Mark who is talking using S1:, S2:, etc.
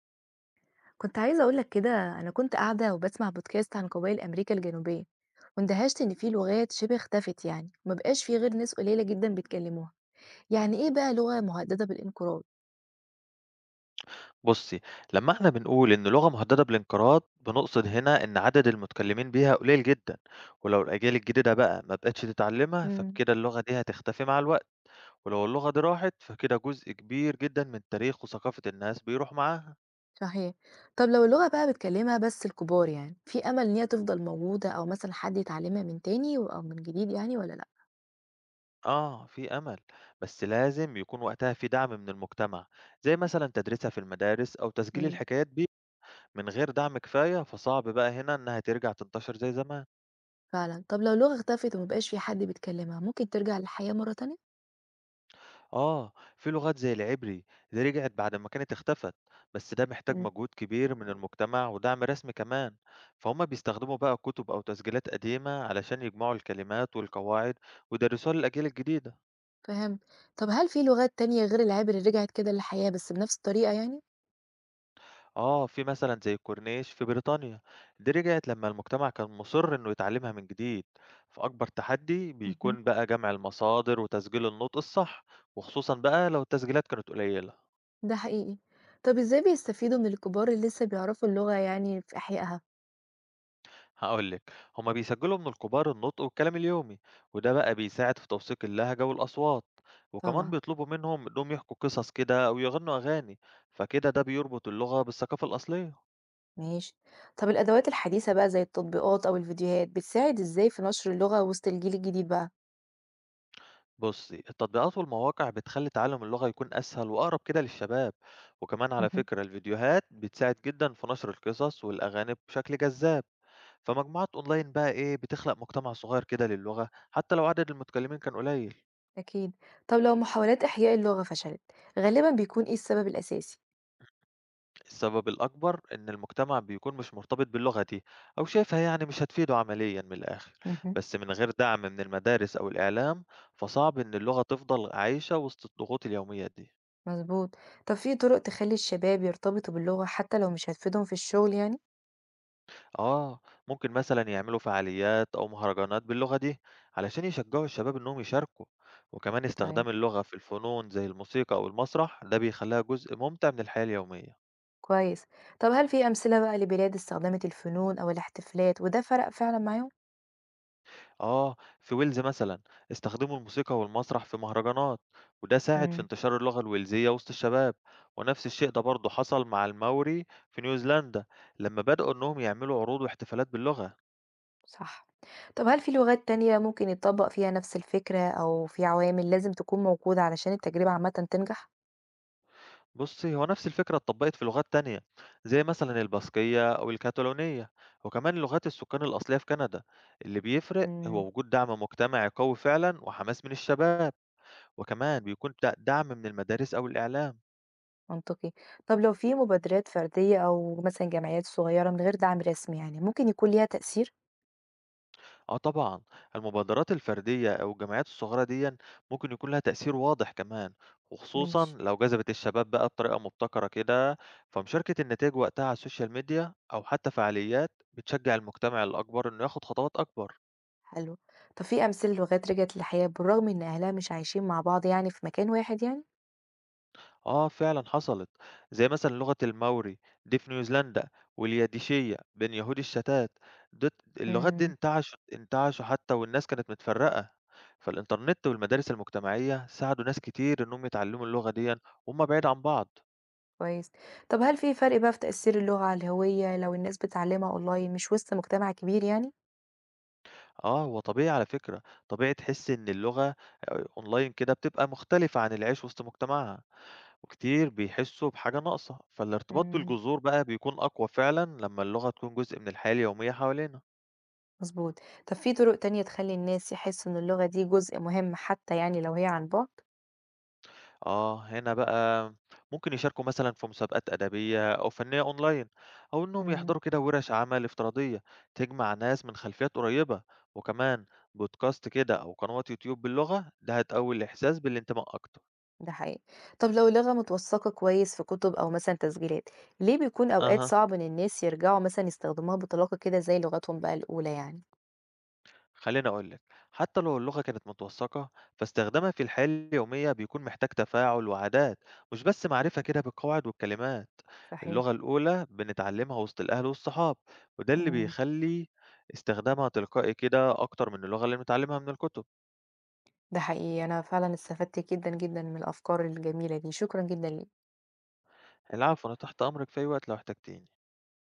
S1: كنت عايزة أقول لك كده. أنا كنت قاعدة وبسمع بودكاست عن قبائل أمريكا الجنوبية، واندهشت إن في لغات شبه اختفت يعني، ومبقاش في غير ناس قليلة جدا بيتكلموها. يعني إيه بقى لغة مهددة بالانقراض؟
S2: بُصّي، لمّا إحنا بنقول إن لغة مهددة بالانقراض، بنقصد هنا إن عدد المتكلمين بيها قليل جدًا، ولو الأجيال الجديدة بقى ما بقتش تتعلمها،
S1: امم
S2: فبكده اللغة دي هتختفي مع الوقت، ولو اللغة دي راحت، فكده جزء كبير جدًا من تاريخ وثقافة الناس بيروح معاها.
S1: صحيح. طب لو اللغة بقى بتكلمها بس الكبار، يعني في أمل إن هي تفضل موجودة، أو مثلا حد يتعلمها من تاني أو من جديد يعني، ولا لأ؟
S2: آه، في أمل، بس لازم يكون وقتها في دعم من المجتمع، زي مثلًا تدريسها في المدارس أو تسجيل
S1: امم
S2: الحكايات دي، من غير دعم كفاية فصعب بقى هنا إنها ترجع تنتشر زي زمان.
S1: فعلا. طب لو لغة اختفت ومبقاش في حد بيتكلمها، ممكن ترجع للحياة مرة تانية؟
S2: آه، في لغات زي العبري دي رجعت بعد ما كانت اختفت، بس ده محتاج
S1: امم
S2: مجهود كبير من المجتمع ودعم رسمي كمان، فهم بيستخدموا بقى كتب أو تسجيلات قديمة علشان يجمعوا الكلمات والقواعد ويدرسوها للأجيال الجديدة.
S1: فهمت. طب هل في لغات تانية غير العبري رجعت كده للحياة بس بنفس الطريقة يعني؟
S2: آه، في مثلا زي الكورنيش في بريطانيا، دي رجعت لما المجتمع كان مصر إنه يتعلمها من جديد، فأكبر تحدي
S1: اهم،
S2: بيكون بقى جمع المصادر وتسجيل النطق الصح، وخصوصا بقى لو التسجيلات كانت قليلة.
S1: ده حقيقي. طب إزاي بيستفيدوا من الكبار اللي لسه بيعرفوا اللغة يعني في إحيائها؟
S2: هقول لك هما بيسجلوا من الكبار النطق والكلام اليومي وده بقى بيساعد في توثيق اللهجة والأصوات وكمان
S1: طبعا.
S2: بيطلبوا منهم إنهم يحكوا قصص كده أو يغنوا أغاني فكده ده بيربط اللغة بالثقافة الأصلية.
S1: ماشي. طب الأدوات الحديثة بقى زي التطبيقات أو الفيديوهات بتساعد إزاي في نشر اللغة وسط الجيل الجديد بقى؟
S2: بصي التطبيقات والمواقع بتخلي تعلم اللغة يكون أسهل وأقرب كده للشباب، وكمان على
S1: مهم.
S2: فكرة الفيديوهات بتساعد جدا في نشر القصص والأغاني بشكل جذاب. فمجموعات أونلاين بقى إيه بتخلق مجتمع صغير كده للغة حتى لو عدد المتكلمين كان قليل.
S1: أكيد. طب لو محاولات إحياء اللغة فشلت، غالبا بيكون إيه السبب الأساسي؟
S2: السبب الأكبر إن المجتمع بيكون مش مرتبط باللغة دي أو شايفها يعني مش هتفيده عمليا من الآخر،
S1: مهم.
S2: بس من غير دعم من المدارس أو الإعلام فصعب إن اللغة تفضل عايشة وسط الضغوط اليومية دي.
S1: مظبوط. طب في طرق تخلي الشباب يرتبطوا باللغة حتى لو مش هتفيدهم في الشغل يعني؟
S2: آه، ممكن مثلا يعملوا فعاليات أو مهرجانات باللغة دي علشان يشجعوا الشباب إنهم يشاركوا، وكمان
S1: طيب.
S2: استخدام اللغة في الفنون زي الموسيقى أو المسرح ده بيخليها جزء ممتع من الحياة اليومية.
S1: كويس. طب هل في أمثلة بقى لبلاد استخدمت الفنون أو الاحتفالات وده فرق فعلا معاهم؟
S2: آه، في ويلز مثلًا استخدموا الموسيقى والمسرح في مهرجانات، وده ساعد في
S1: مم.
S2: انتشار اللغة الويلزية وسط الشباب، ونفس الشيء ده برضه حصل مع الماوري في نيوزيلندا لما بدأوا إنهم يعملوا عروض واحتفالات باللغة.
S1: صح. طب هل في لغات تانية ممكن يتطبّق فيها نفس الفكرة، أو في عوامل لازم تكون موجودة علشان التجربة عامةً تنجح؟
S2: بُصّي، هو نفس الفكرة اتطبقت في لغات تانية زي مثلًا الباسكية أو الكتالونية، وكمان لغات السكان الأصلية في كندا. اللي بيفرق
S1: إمم،
S2: هو وجود دعم مجتمعي قوي فعلًا وحماس من الشباب، وكمان بيكون دعم من المدارس أو الإعلام.
S1: منطقي. طب لو في مبادرات فردية أو مثلًا جمعيات صغيرة من غير دعم رسمي يعني، ممكن يكون ليها تأثير؟
S2: آه طبعًا، المبادرات الفردية أو الجمعيات الصغيرة ديًا ممكن يكون لها تأثير واضح كمان، وخصوصًا
S1: ماشي،
S2: لو جذبت الشباب بقى بطريقة مبتكرة كده، فمشاركة النتائج وقتها على السوشيال ميديا أو حتى فعاليات بتشجع المجتمع الأكبر إنه ياخد خطوات أكبر.
S1: حلو. طب في أمثلة للغات رجعت للحياة بالرغم إن أهلها مش عايشين مع بعض يعني في مكان واحد يعني؟
S2: آه فعلًا حصلت، زي مثلًا لغة الماوري دي في نيوزيلندا، واليديشية بين يهود الشتات، ديت اللغات دي
S1: إمم،
S2: انتعشوا حتى والناس كانت متفرقة، فالإنترنت والمدارس المجتمعية ساعدوا ناس كتير إنهم يتعلموا اللغة ديًا وهم بعيد عن بعض.
S1: كويس. طب هل في فرق بقى في تأثير اللغة على الهوية لو الناس بتتعلمها أونلاين مش وسط مجتمع كبير يعني؟
S2: آه هو طبيعي على فكرة، طبيعي تحس إن اللغة أونلاين كده بتبقى مختلفة عن العيش وسط مجتمعها، وكتير بيحسوا بحاجة ناقصة، فالارتباط
S1: إمم.
S2: بالجذور بقى بيكون أقوى فعلًا لما اللغة تكون جزء من الحياة اليومية حوالينا.
S1: مضبوط. طب في طرق تانية تخلّي الناس يحسّوا إن اللغة دي جزء مهم حتى يعني لو هي عن بُعد؟
S2: آه، هنا بقى ممكن يشاركوا مثلًا في مسابقات أدبية أو فنية أونلاين، أو إنهم
S1: إمم.
S2: يحضروا كده ورش عمل افتراضية تجمع ناس من خلفيات قريبة، وكمان بودكاست كده أو قنوات يوتيوب باللغة، ده هتقوي الإحساس بالانتماء أكتر.
S1: ده حقيقي. طب لو اللغة متوثّقة كويس في كُتب أو مثلًا تسجيلات، ليه بيكون أوقات
S2: أها،
S1: صعب إن الناس يرجعوا مثلًا يستخدموها بطلاقة كده زي لغتهم بقى الأولى يعني؟
S2: خليني أقول لك، حتى لو اللغة كانت متوثقة، فاستخدامها في الحياة اليومية بيكون محتاج تفاعل وعادات، مش بس معرفة كده بالقواعد والكلمات.
S1: صحيح.
S2: اللغة الأولى بنتعلمها وسط الأهل والصحاب، وده اللي
S1: إمم.
S2: بيخلي استخدامها تلقائي كده أكتر من اللغة اللي بنتعلمها من الكتب.
S1: ده حقيقي. أنا فعلًا استفدت جدًا، جدًا من الأفكار الجميلة دي. شكرًا جدًا ليك.
S2: العفو، أنا تحت أمرك في أي وقت لو احتجتيني.